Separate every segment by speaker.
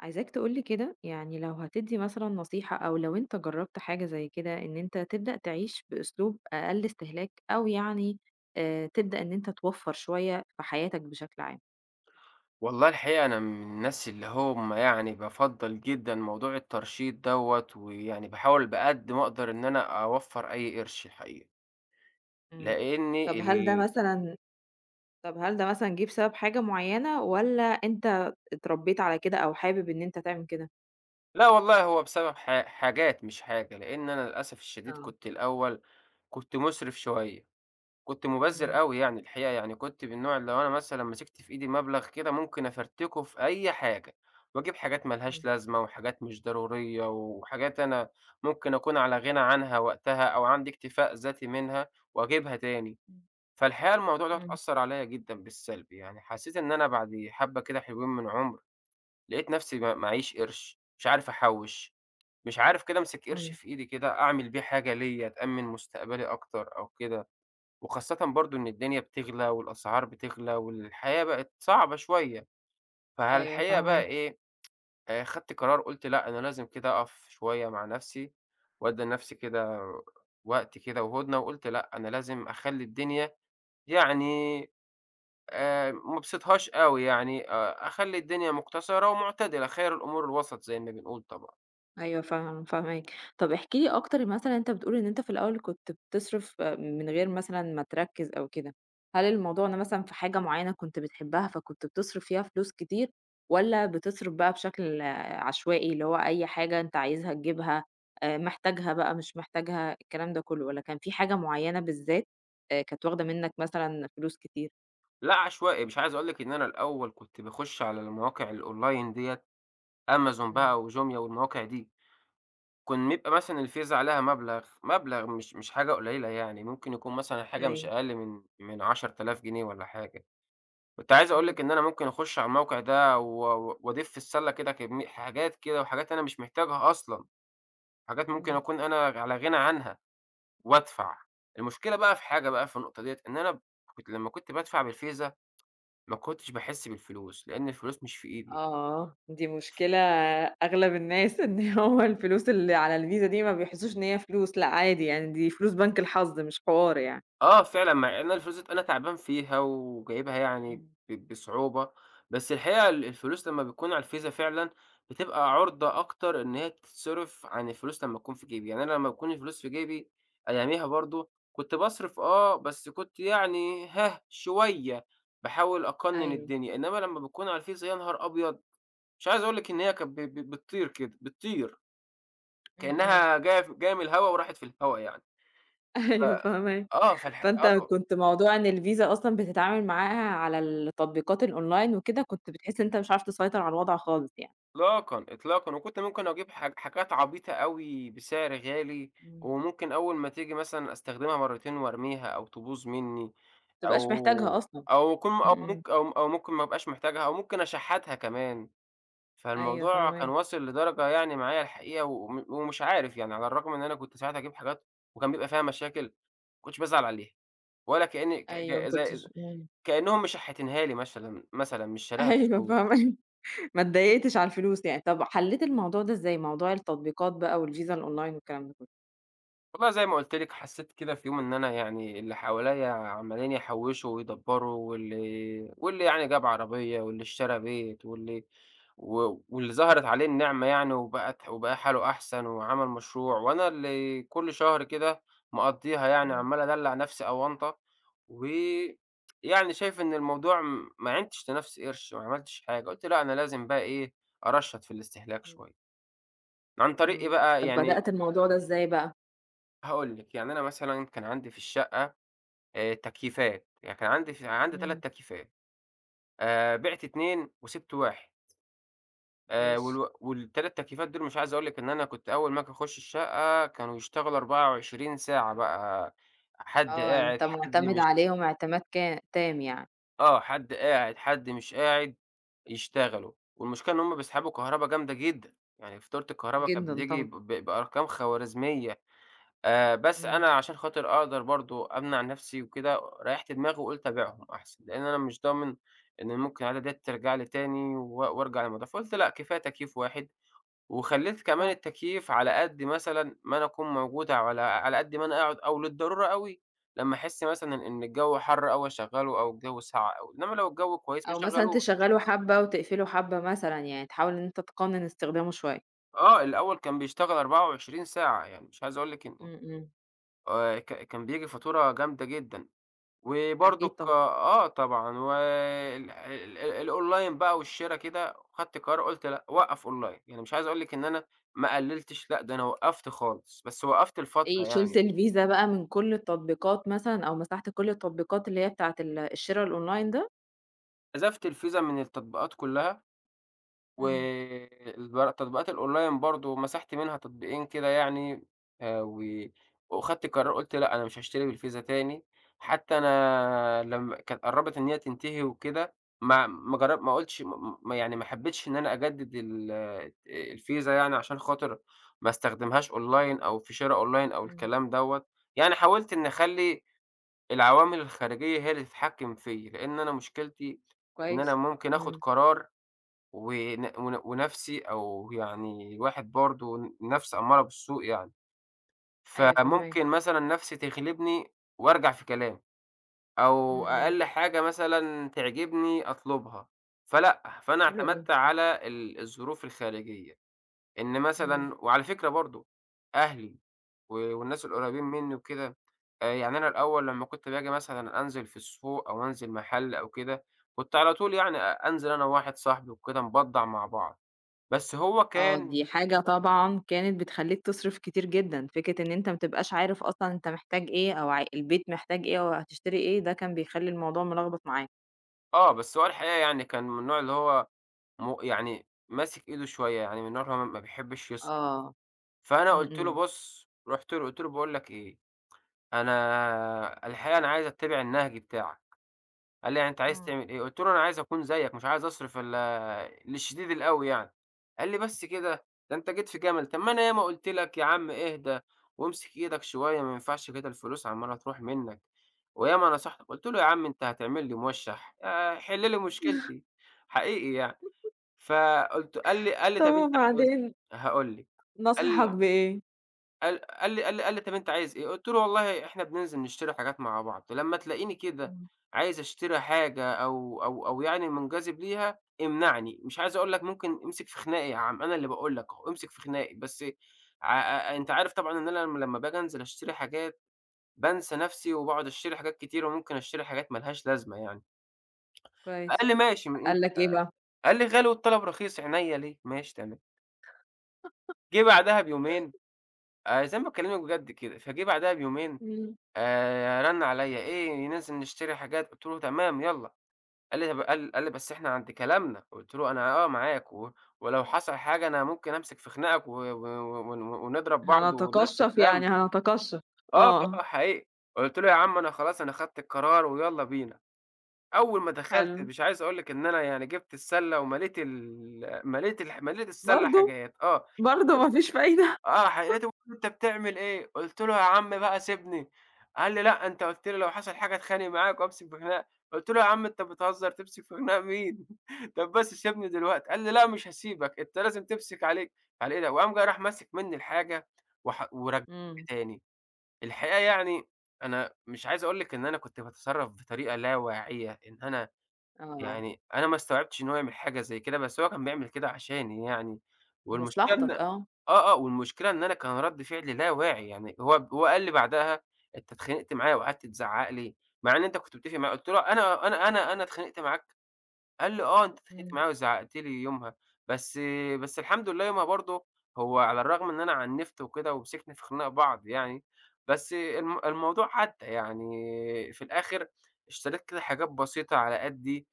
Speaker 1: عايزاك تقول لي كده يعني لو هتدي مثلًا نصيحة أو لو أنت جرّبت حاجة زي كده إن أنت تبدأ تعيش بأسلوب أقل استهلاك أو يعني تبدأ إن أنت توفّر شوية في حياتك بشكل عام.
Speaker 2: والله الحقيقة أنا من الناس اللي هم يعني بافضّل جدًا موضوع الترشيد دوّة، ويعني باحاول بقد ما أقدر إن أنا أوفّر أي قرش الحقيقة،
Speaker 1: إمم. طب
Speaker 2: لإني
Speaker 1: هل ده
Speaker 2: ال
Speaker 1: مثلًا طب هل ده مثلًا جِه بسبب حاجة معيّنة والّا أنت اتربّيت على كده أو حابب إن أنت تعمل كده؟
Speaker 2: لا والله هو بسبب حاجات مش حاجة، لإن أنا للأسف الشديد
Speaker 1: آه.
Speaker 2: كنت الأول كنت مُسرف شوية. كنت
Speaker 1: إمم.
Speaker 2: مُبذِّر أوي يعني الحقيقة، يعني كنت من النوع اللي لو أنا مثلًا مسكت في إيدي مبلغ كده ممكن أفرتكه في أي حاجة، وأجيب حاجات ما لهاش
Speaker 1: إمم.
Speaker 2: لازمة وحاجات مش ضرورية وحاجات أنا ممكن أكون على غِنى عنها وقتها أو عندي اكتفاء ذاتي منها وأجيبها تاني،
Speaker 1: إمم.
Speaker 2: فالحقيقة الموضوع دوّة
Speaker 1: إمم.
Speaker 2: أثّر عليّا جدًا بالسلب، يعني حسّيت إن أنا بعد حبّة كده حلوين من عُمر، لقيت نَفْسي ما معييش قرش، مش عارف أحوِّش، مش عارف كده أمسك قرش
Speaker 1: إمم.
Speaker 2: في إيدي كده أعمل بيه حاجة ليّا تأمِّن مستقبلي أكتر أو كده. وخاصةً برضه إن الدنيا بتغلى والأسعار بتغلى والحياة بقت صعبة شوية،
Speaker 1: أيوه
Speaker 2: فالحقيقة بقى
Speaker 1: فاهماك.
Speaker 2: إيه، خدت قرار قُلت لأ، أنا لازم كده أقف شوية مع نَفْسي وأدّي لنَفْسي كده وقت كده وهُدنة، وقُلت لأ، أنا لازم أخلّي الدنيا يعني ما أبسطهاش أوي يعني أخلّي الدنيا مقتصرة ومعتدلة، خير الأمور الوسط زي ما بنقول طبعًا.
Speaker 1: أيوه فاهمة، فاهماك. طب احكِ لي أكتر مثلًا أنت بتقول إن أنت في الأول كنت بتصرف آه، من غير مثلًا ما تركّز أو كده، هل الموضوع ده مثلًا في حاجة معيّنة كنت بتحبها فكنت بتصرف فيها فلوس كتير، والّا بتصرف بقى بشكل آه، عشوائي، اللي هو أي حاجة أنت عايزها تجيبها، محتاجها بقى مش محتاجها الكلام ده كلّه، والّا كان في حاجة معيّنة بالذات كانت واخدة منّك مثلًا فلوس كتير؟
Speaker 2: لأ عشوائي، مش عايز أقول لِك إن أنا الأول كنت باخُش على المواقع الأونلاين ديّة، أمازون
Speaker 1: إمم.
Speaker 2: بقى وجوميا والمواقع دي. كان بيبقى مثلًا الفيزا عليها مبلغ، مبلغ مش حاجة قليلة يعني، ممكن يكون مثلًا حاجة مش
Speaker 1: أيوه،
Speaker 2: أقل من 10,000 جنيه والّا حاجة. كنت عايز أقول
Speaker 1: إمم،
Speaker 2: لِك إن أنا ممكن أخش على الموقع ده و و وأضيف في السلة كده كمي حاجات كده وحاجات أنا مش محتاجها أصلًا، حاجات ممكن
Speaker 1: إمم.
Speaker 2: أكون أنا على غنى عنها وأدفع. المشكلة بقى في حاجة بقى في النقطة ديّة، إن أنا كنت لمّا كنت بادفع بالفيزا ما كنتش باحس بالفلوس، لإن الفلوس مش في إيدي.
Speaker 1: آه، دي مشكلة أغلب الناس إن هو الفلوس اللي على الفيزا دي ما بيحسوش إن هي فلوس، لأ عادي يعني دي فلوس بنك الحظ مش حوار يعني.
Speaker 2: آه فعلًا، مع إن الفلوس ديّة أنا تعبان فيها وجايبها يعني
Speaker 1: إمم،
Speaker 2: ب بصعوبة، بس الحقيقة الفلوس لمّا بتكون على الفيزا فعلًا بتبقى عُرضة
Speaker 1: إمم،
Speaker 2: أكتر إن هي تتصرف عن الفلوس لمّا تكون في جيبي، يعني أنا لمّا تكون الفلوس في جيبي أياميها برضه كنت باصرف بس كنت يعني شوية، باحاول أقنّن
Speaker 1: أيوه،
Speaker 2: الدنيا، إنّما لمّا بتكون على الفيزا يا نهار أبيض! مش عايز أقول لِك إن هي كانت ب ب بتطير كده، بتطير
Speaker 1: إمم، إمم،
Speaker 2: كإنّها جاية من الهوا وراحت في الهوا يعني، ف
Speaker 1: أيوه فاهماك.
Speaker 2: آه، فالح
Speaker 1: فأنت
Speaker 2: آه.
Speaker 1: كنت موضوع إن الفيزا أصلًا بتتعامل معاها على التطبيقات الأونلاين وكده، كنت بتحس إن أنت مش عارف تسيطر على الوضع خالص يعني،
Speaker 2: إطلاقًا، إطلاقًا، وكنت ممكن أجيب حاجات عبيطة أوي بسعر غالي،
Speaker 1: إمم، ما
Speaker 2: وممكن أول ما تيجي مثلًا أستخدمها مرتين وأرميها أو تبوظ منّي
Speaker 1: بتبقاش محتاجها
Speaker 2: أو
Speaker 1: أصلًا.
Speaker 2: أو كم
Speaker 1: إمم،
Speaker 2: أو
Speaker 1: إمم،
Speaker 2: ممك أو أو ممكن ما أبقاش محتاجها أو ممكن أشحّاتها كمان،
Speaker 1: أيوه
Speaker 2: فالموضوع كان
Speaker 1: فاهماك،
Speaker 2: واصل لدرجة يعني معايا الحقيقة ومش عارف يعني على الرغم إن أنا كنت ساعات أجيب حاجات وكان بيبقى فيها مشاكل، ما كنتش بازعل عليها ولا كإني ك
Speaker 1: أيوه ما
Speaker 2: ك زي ز
Speaker 1: كنتش إمم،
Speaker 2: كإنّهم مشحّتينها لي مثلًا مش شاريها
Speaker 1: أيوه
Speaker 2: بفلوس.
Speaker 1: فاهماك. ما اتضايقتش على الفلوس يعني، طب حلّيت الموضوع ده إزاي، موضوع التطبيقات بقى والفيزا الأونلاين والكلام ده كلّه؟
Speaker 2: والله زي ما قُلت لِك حسّيت كده في يوم إن أنا يعني اللي حواليّا عمّالين يحوّشوا ويدبّروا واللي يعني جاب عربية واللي اشترى بيت واللي ظهرت عليه النعمة يعني وبقت وبقى حاله أحسن وعمل مشروع، وأنا اللي كل شهر كده مقضّيها يعني
Speaker 1: إمم،
Speaker 2: عمّال أدلّع نَفْسي أونطة، ويعني شايف إن الموضوع ما عِنتش لنَفْسي قرش، ما عملتش حاجة، قُلت لأ أنا لازم بقى إيه، أرشّط في الاستهلاك
Speaker 1: إمم،
Speaker 2: شوية، عن طريق إيه
Speaker 1: إمم،
Speaker 2: بقى
Speaker 1: طب
Speaker 2: يعني
Speaker 1: بدأت الموضوع ده إزاي بقى؟
Speaker 2: هاقول لِك، يعني أنا مثلًا كان عندي في الشقة تكييفات، يعني كان عندي
Speaker 1: إمم.
Speaker 2: 3 تكييفات، بِعت 2 وسِبت 1
Speaker 1: ماشي،
Speaker 2: والو وال3 تكييفات دول مش عايز أقول لِك إن أنا كنت أول ما آجي أخُش الشقة كانوا يشتغلوا 24 ساعة بقى، حد
Speaker 1: آه،
Speaker 2: قاعد،
Speaker 1: أنت مُعتمد
Speaker 2: مش
Speaker 1: عليهم اعتماد كا تام يعني،
Speaker 2: حد قاعد، حد مش قاعد، يشتغلوا، والمشكلة إن هُم بيسحبوا كهربا جامدة جدًا، يعني فاتورة الكهربا كانت
Speaker 1: جدًا
Speaker 2: بتيجي
Speaker 1: طبعًا،
Speaker 2: ب ب بأرقام خوارزمية. بس
Speaker 1: إمم،
Speaker 2: أنا عشان خاطر أقدر برضه أمنع نَفْسي وكده، ريّحت دماغي وقُلت أبيعهم أحسن، لإن أنا مش ضامن إن ممكن العادة ديّة ترجع لي تاني وأرجع للموضوع، فقُلت لأ كفاية تكييف واحد، وخلّيت كمان
Speaker 1: صح.
Speaker 2: التكييف على قد مثلًا ما أنا أكون موجود على على قد ما أنا أقعد أو للضرورة أوي، لمّا أحس مثلًا إن الجو حَر أوي أشغّله أو الجو ساقع أوي، إنّما لو الجو كويس ما
Speaker 1: أو مثلًا
Speaker 2: أشغّلوش.
Speaker 1: تشغّله حبّة وتقفله حبّة مثلًا يعني، تحاول إن أنت تقنن استخدامه شوية.
Speaker 2: آه، الأول كان بيشتغل 24 ساعة، يعني مش عايز أقول لِك إن
Speaker 1: إمم، إمم،
Speaker 2: ك كان بييجي فاتورة جامدة جدًا.
Speaker 1: أكيد
Speaker 2: وبرضك
Speaker 1: طبعًا،
Speaker 2: آه طبعًا، وال ال ال الأونلاين بقى والشِرا كده، خدت قرار قُلت لأ، وقّف أونلاين، يعني مش عايز أقول لِك إن أنا ما قلّلتش لأ، ده أنا وقّفت خالص، بس وقّفت لفترة
Speaker 1: إيه شِلت
Speaker 2: يعني،
Speaker 1: الفيزا بقى من كلّ التطبيقات مثلًا أو مسحت كلّ التطبيقات اللي هي بتاعة الشِرا الأونلاين ده؟
Speaker 2: حذفت الفيزا من التطبيقات كلّها.
Speaker 1: إمم،
Speaker 2: والبر التطبيقات الأونلاين برضه مسحت منها تطبيقين كده يعني و وخدت قرار قُلت لأ، أنا مش هاشتري بالفيزا تاني، حتى أنا لمّا كانت قرّبت إن هي تنتهي وكده ما ما جر ما قُلتش م ما يعني ما حبيتش إن أنا أجدد ال الفيزا يعني عشان خاطر ما استخدمهاش أونلاين أو في شِرا أونلاين أو
Speaker 1: إمم.
Speaker 2: الكلام دوّة، يعني حاولت إني أخلّي العوامل الخارجية هي اللي تتحكم فيّا، لإن أنا مشكلتي إن أنا
Speaker 1: كويس،
Speaker 2: ممكن آخد
Speaker 1: إمم،
Speaker 2: قرار ون ون ونَفْسي أو يعني الواحد برضه النَفْس أمّارة بالسوء يعني،
Speaker 1: أيوه
Speaker 2: فممكن
Speaker 1: فاهماك،
Speaker 2: مثلًا نَفْسي تغلبني وأرجع في كلامي،
Speaker 1: إمم،
Speaker 2: أو
Speaker 1: إمم،
Speaker 2: أقل حاجة مثلًا تعجبني أطلبها، فلأ، فأنا
Speaker 1: حلو أوي،
Speaker 2: اعتمدت على الظروف الخارجية، إن
Speaker 1: إمم،
Speaker 2: مثلًا وعلى فكرة برضه أهلي والناس القريبين منّي وكده، يعني أنا الأول لمّا كنت باجي مثلًا أنزل في السوق أو أنزل محل أو كده، كنت على طول يعني أنزل أنا وواحد صاحبي وكده نبضّع مع بعض. بس هو
Speaker 1: آه،
Speaker 2: كان
Speaker 1: دي حاجة طبعًا كانت بتخلّيك تصرف كتير جدًا، فكرة إن أنت ما بتبقاش عارف أصلًا أنت محتاج إيه أو عا البيت محتاج إيه أو هتشتري إيه، ده كان بيخلّي الموضوع ملخبط معاك،
Speaker 2: بس هو الحقيقة يعني كان من النوع اللي هو يعني ماسك إيده شوية، يعني من النوع اللي هو ما بيحبّش يصرف،
Speaker 1: آه،
Speaker 2: فأنا
Speaker 1: إمم،
Speaker 2: قُلت له
Speaker 1: إمم.
Speaker 2: بُص رُحت له قُلت له: "باقول لك إيه، أنا الحقيقة أنا عايز أتّبع النهج بتاعك." قال لي: "يعني أنت عايز
Speaker 1: إمم.
Speaker 2: تعمل إيه؟" قُلت له: "أنا عايز أكون زيّك، مش عايز أصرف للشديد الأوي يعني." قال لي: "بس كده! ده أنت جيت في جمل، طب ما أنا ياما قُلت لك يا عم اهدى وامسك إيدك شوية، ما ينفعش كده الفلوس عمّالة تروح منّك، وياما نصحتك." قُلت له: "يا عم أنت هتعمل لي موشّح، حل لي مشكلتي." حقيقي يعني. قال لي قال لي:
Speaker 1: طب
Speaker 2: "طب أنت عاوز"
Speaker 1: وبعدين
Speaker 2: هاقول لِك،
Speaker 1: نصحك
Speaker 2: قال
Speaker 1: بإيه؟
Speaker 2: قال لي: "طب أنت عايز إيه؟" قُلت له: "والله إحنا بننزل نشتري حاجات مع بعض، لمّا تلاقيني كده
Speaker 1: إمم،
Speaker 2: عايز أشتري حاجة أو أو أو يعني مُنجذب ليها امنعني، مش عايز أقول لك ممكن امسك في خناقي يا عم، أنا اللي باقول لك أهو، امسك في خناقي." بس ع أ أنت عارف طبعًا إن أنا لمّا باجي أنزل أشتري حاجات بانسى نَفْسي وباقعد أشتري حاجات كتير وممكن أشتري حاجات ما لهاش لازمة يعني. قال
Speaker 1: كويس.
Speaker 2: لي: "ماشي."
Speaker 1: قال لك إيه بقى؟
Speaker 2: قال لي: "غالي والطلب رخيص." عينيا ليه، ماشي تمام. جه بعدها بيومين زي ما باكلّمك بجد كده، فجه بعدها بيومين
Speaker 1: إمم.
Speaker 2: رَنّ عليّا، "إيه ننزل نشتري حاجات؟" قُلت له: "تمام يالّا." قال لي: "طب" قال قال لي: "بس إحنا عند كلامنا." قُلت له: "أنا آه معاك و ولو حصل حاجة أنا ممكن أمسك في خناقك و و و ون ونضرب بعض والناس
Speaker 1: هنتقشّف
Speaker 2: تتلم."
Speaker 1: يعني هنتقشّف،
Speaker 2: آه،
Speaker 1: آه،
Speaker 2: آه حقيقي. قُلت له: "يا عم أنا خلاص أنا خدت القرار ويالّا بينا." أول ما دخلت
Speaker 1: حلو،
Speaker 2: مش عايز أقول لك إن أنا يعني جِبت السَلّة ومليت ال مليت الح مليت السَلّة
Speaker 1: برضه،
Speaker 2: حاجات، آه.
Speaker 1: برضه ما فيش فايدة؟
Speaker 2: آه، لقيته بيقول لي: "أنت بتعمل إيه؟" قُلت له: "يا عم بقى سيبني." قال لي: "لأ، أنت قُلت لي لو حصل حاجة أتخانق معاك وأمسك في خناقة." قُلت له: "يا عم أنت بتهزر، تمسك في خناقة مين؟ طب بس سيبني دلوقتي." قال لي: "لأ، مش هاسيبك، أنت لازم تمسك عليك." على إيه ده، وقام جاي راح ماسك منّي الحاجة ورجّعها لي
Speaker 1: إمم،
Speaker 2: تاني. الحقيقة يعني أنا مش عايز أقول لِك إن أنا كنت باتصرّف بطريقة لا واعية، إن أنا
Speaker 1: آه،
Speaker 2: يعني أنا ما استوعبتش إن هو يعمل حاجة زي كده، بس هو كان بيعمل كده عشاني يعني، والمشكلة إن
Speaker 1: مصلحتك، آه.
Speaker 2: آه، آه، والمشكلة إن أنا كان رد فعلي لا واعي، يعني هو قال لي بعدها: "أنت اتخانقت معايا وقعدت تزعّق لي، مع إن أنت كنت متفق معايا." قُلت له: "أنا اتخانقت معاك؟" قال لي: "آه، أنت اتخانقت
Speaker 1: إمم.
Speaker 2: معايا وزعّقت لي يومها، بس بس الحمد لله يومها برضه هو على الرغم إن أنا عنِّفت وكده ومسكنا في خناق بعض يعني، بس الموضوع عدّى." يعني في الآخر اشتريت كده حاجات بسيطة على قدّي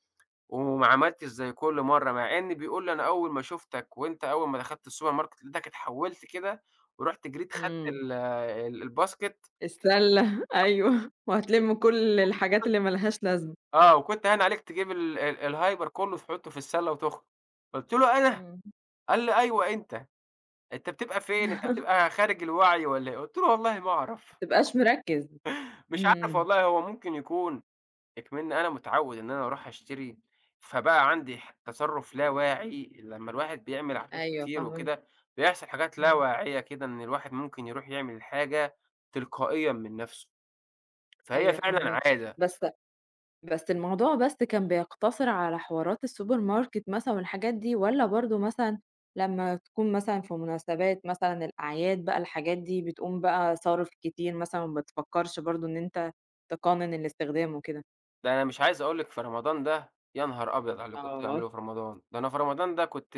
Speaker 2: وما عملتش زي كل مرّة، مع إن بيقول لي: "أنا أول ما شُفتك وأنت أول ما دخلت السوبر ماركت لقيتك اتحولت كده، ورُحت جريت خدت
Speaker 1: إمم.
Speaker 2: ال ال الباسكت
Speaker 1: السلة أيوه. وهتلِم كل الحاجات
Speaker 2: وكنت
Speaker 1: اللي ما لهاش لازمة.
Speaker 2: آه، وكنت هاين عليك تجيب ال ال الهايبر كلّه تحطّه في السلة وتخرج." قُلت له: "أنا؟"
Speaker 1: إمم.
Speaker 2: قال لي: "أيوه أنت، أنت بتبقى فين، أنت
Speaker 1: ما
Speaker 2: بتبقى خارج الوعي والّا إيه؟" قُلت له: "والله ما أعرف."
Speaker 1: تبقاش مركِّز.
Speaker 2: مش عارف
Speaker 1: إمم.
Speaker 2: والله هو ممكن يكون إكمن أنا متعوّد إن أنا أروح أشتري، فبقى عندي تصرُّف لا واعي، لمّا الواحد بيعمل عادات
Speaker 1: أيوه
Speaker 2: كتير
Speaker 1: فاهماك.
Speaker 2: وكده، بيحصل حاجات لا
Speaker 1: إمم.
Speaker 2: واعية كده إن الواحد ممكن يروح يعمل الحاجة تلقائيًا من نَفْسه، فهي
Speaker 1: أيوه
Speaker 2: فعلًا
Speaker 1: فاهماك.
Speaker 2: عادة،
Speaker 1: بس بس الموضوع بس كان بيقتصر على حوارات السوبر ماركت مثلًا والحاجات دي والّا برضه مثلًا لمّا تكون مثلًا في مناسبات مثلًا الأعياد بقى الحاجات دي بتقوم بقى صارف كتير مثلًا وما بتفكّرش برضه إن أنت تقنن الاستخدام وكده؟
Speaker 2: ده أنا مش عايز أقول لِك في رمضان ده يا نهار أبيض على اللي كنت
Speaker 1: آه.
Speaker 2: باعمله في رمضان، ده أنا في رمضان ده كنت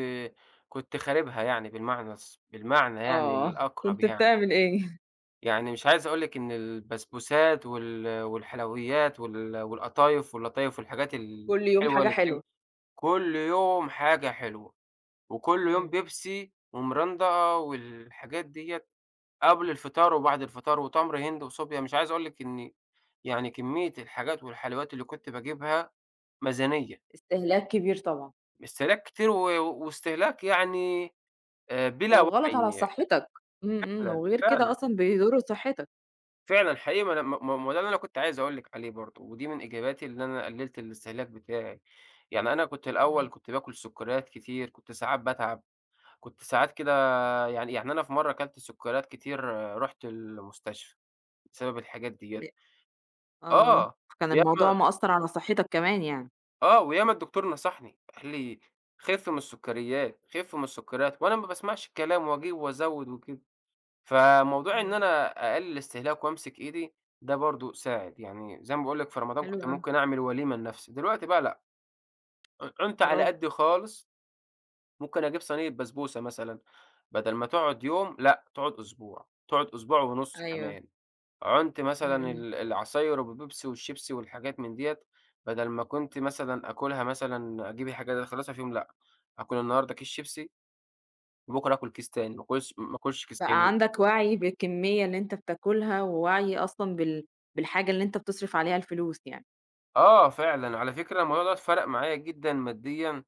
Speaker 2: كنت خاربها يعني بالمعنى يعني
Speaker 1: آه.
Speaker 2: الأقرب
Speaker 1: كنت
Speaker 2: يعني.
Speaker 1: بتعمل إيه؟
Speaker 2: يعني مش عايز أقول لِك إن البسبوسات والحلويات والقطايف واللطايف والحاجات
Speaker 1: كل يوم
Speaker 2: الحلوة
Speaker 1: حاجة
Speaker 2: اللي بتيجي
Speaker 1: حلوة.
Speaker 2: كل يوم حاجة حلوة، وكل يوم
Speaker 1: إمم.
Speaker 2: بيبسي ومرندقة والحاجات ديّة قبل الفطار وبعد الفطار وتمر هند وصوبيا، مش عايز أقول لِك إني كمية الحاجات والحلويات اللي كنت باجيبها ميزانية،
Speaker 1: استهلاك كبير طبعًا،
Speaker 2: استهلاك كتير واستهلاك يعني بلا
Speaker 1: وغلط على
Speaker 2: وعي
Speaker 1: صحتك، إمم، إمم،
Speaker 2: فعلًا،
Speaker 1: وغير كده
Speaker 2: فعلًا.
Speaker 1: أصلًا بيضر صحتك.
Speaker 2: فعلًا حقيقي ما أنا ما ما ما ده اللي أنا كنت عايز أقول لِك عليه برضه، ودي من إجاباتي اللي أنا قلّلت الاستهلاك بتاعي، يعني أنا كنت الأول
Speaker 1: إمم.
Speaker 2: كنت باكل سكريات كتير، كنت ساعات باتعب، كنت ساعات كده يعني أنا في مرّة كلت سكريات كتير آه، رُحت المستشفى بسبب الحاجات ديّة،
Speaker 1: ل آه،
Speaker 2: آه،
Speaker 1: كان
Speaker 2: وياما
Speaker 1: الموضوع مأثّر على صحتك كمان يعني.
Speaker 2: وياما الدكتور نصحني، قال لي: "خِف من السكريات، خِف من السكريات." وأنا ما باسمعش الكلام وأجيب وأزوّد وكده. فموضوع إن
Speaker 1: إمم.
Speaker 2: أنا أقلل الاستهلاك وأمسك إيدي ده برضه ساعد، يعني زي ما باقول لك في رمضان
Speaker 1: حلو
Speaker 2: كنت
Speaker 1: أوي،
Speaker 2: ممكن أعمل وليمة لنفسي، دلوقتي بقى لأ، عُنت على
Speaker 1: برافو،
Speaker 2: قدّي خالص، ممكن أجيب صينية بسبوسة مثلًا، بدل ما تقعد يوم لأ تقعد أسبوع، تقعد أسبوع ونُص
Speaker 1: أيوه،
Speaker 2: كمان، عُنت
Speaker 1: إمم،
Speaker 2: مثلًا
Speaker 1: إمم.
Speaker 2: العصاير وبيبسي والشيبسي والحاجات من ديّة، بدل ما كنت مثلًا آكلها مثلًا أجيب الحاجات دي أخلّصها في يوم لأ، آكل النهارده كيس شيبسي وبُكرة آكل كيس تاني، ما آكلش
Speaker 1: بقى
Speaker 2: كيسين.
Speaker 1: عندك وعي بالكمية اللي أنت بتاكلها، ووعي أصلًا بالحاجة اللي أنت بتصرف عليها الفلوس يعني.
Speaker 2: آه فعلًا، على فكرة الموضوع دوّة فرَق معايا جدًا ماديًا،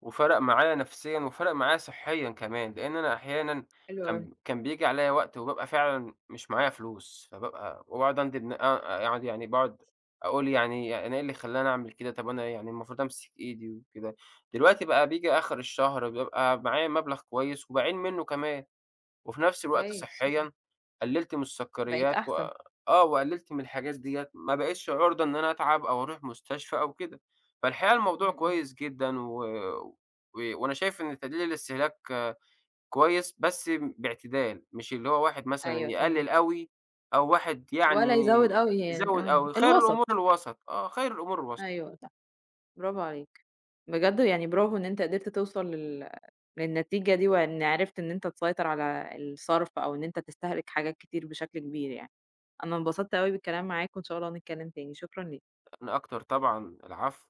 Speaker 2: وفرَق معايا نفسيًا، وفرَق معايا صحيًا كمان، لإن أنا أحيانًا
Speaker 1: حلو أوي،
Speaker 2: كان بييجي عليَّ وقت وبابقى فعلًا مش معايا فلوس، فبابقى وباقعد أندب أقعد يعني باقعد أقول يعني أنا إيه اللي خلّاني أعمل كده، طَب أنا يعني المفروض أمسك إيدي وكده. دلوقتي بقى بييجي آخر الشهر بابقى معايا مبلغ كويس وباعين منه كمان، وفي نفس الوقت
Speaker 1: كويس،
Speaker 2: صحيًا قلّلت من
Speaker 1: بقيت
Speaker 2: السكريات و
Speaker 1: أحسن،
Speaker 2: آه، وقلّلت من الحاجات ديّة، ما بقيتش عُرضة إن أنا أتعب أو أروح مستشفى أو كده. فالحقيقة الموضوع
Speaker 1: إمم، إمم،
Speaker 2: كويس جدًا و و وأنا شايف إن تقليل الاستهلاك كويس بس باعتدال، مش اللي هو واحد مثلًا
Speaker 1: أيوه فاهماك،
Speaker 2: يقلّل أوي أو واحد
Speaker 1: ولا
Speaker 2: يعني
Speaker 1: يزوّد أوي يعني،
Speaker 2: يزوّد
Speaker 1: آه،
Speaker 2: أوي، خير
Speaker 1: الوسط،
Speaker 2: الأمور الوسط، آه، خير الأمور الوسط.
Speaker 1: أيوه صح، برافو عليك. بجد يعني برافو إن أنت قدرت توصل للنتيجة دي، وإن عرفت إن أنت تسيطر على الصرف، أو إن أنت تستهلك حاجات كتير بشكل كبير يعني. أنا انبسطت أوي بالكلام معاك، وإن شاء الله نتكلم تاني، شكرًا ليك.
Speaker 2: أنا أكتر طبعًا، العفو.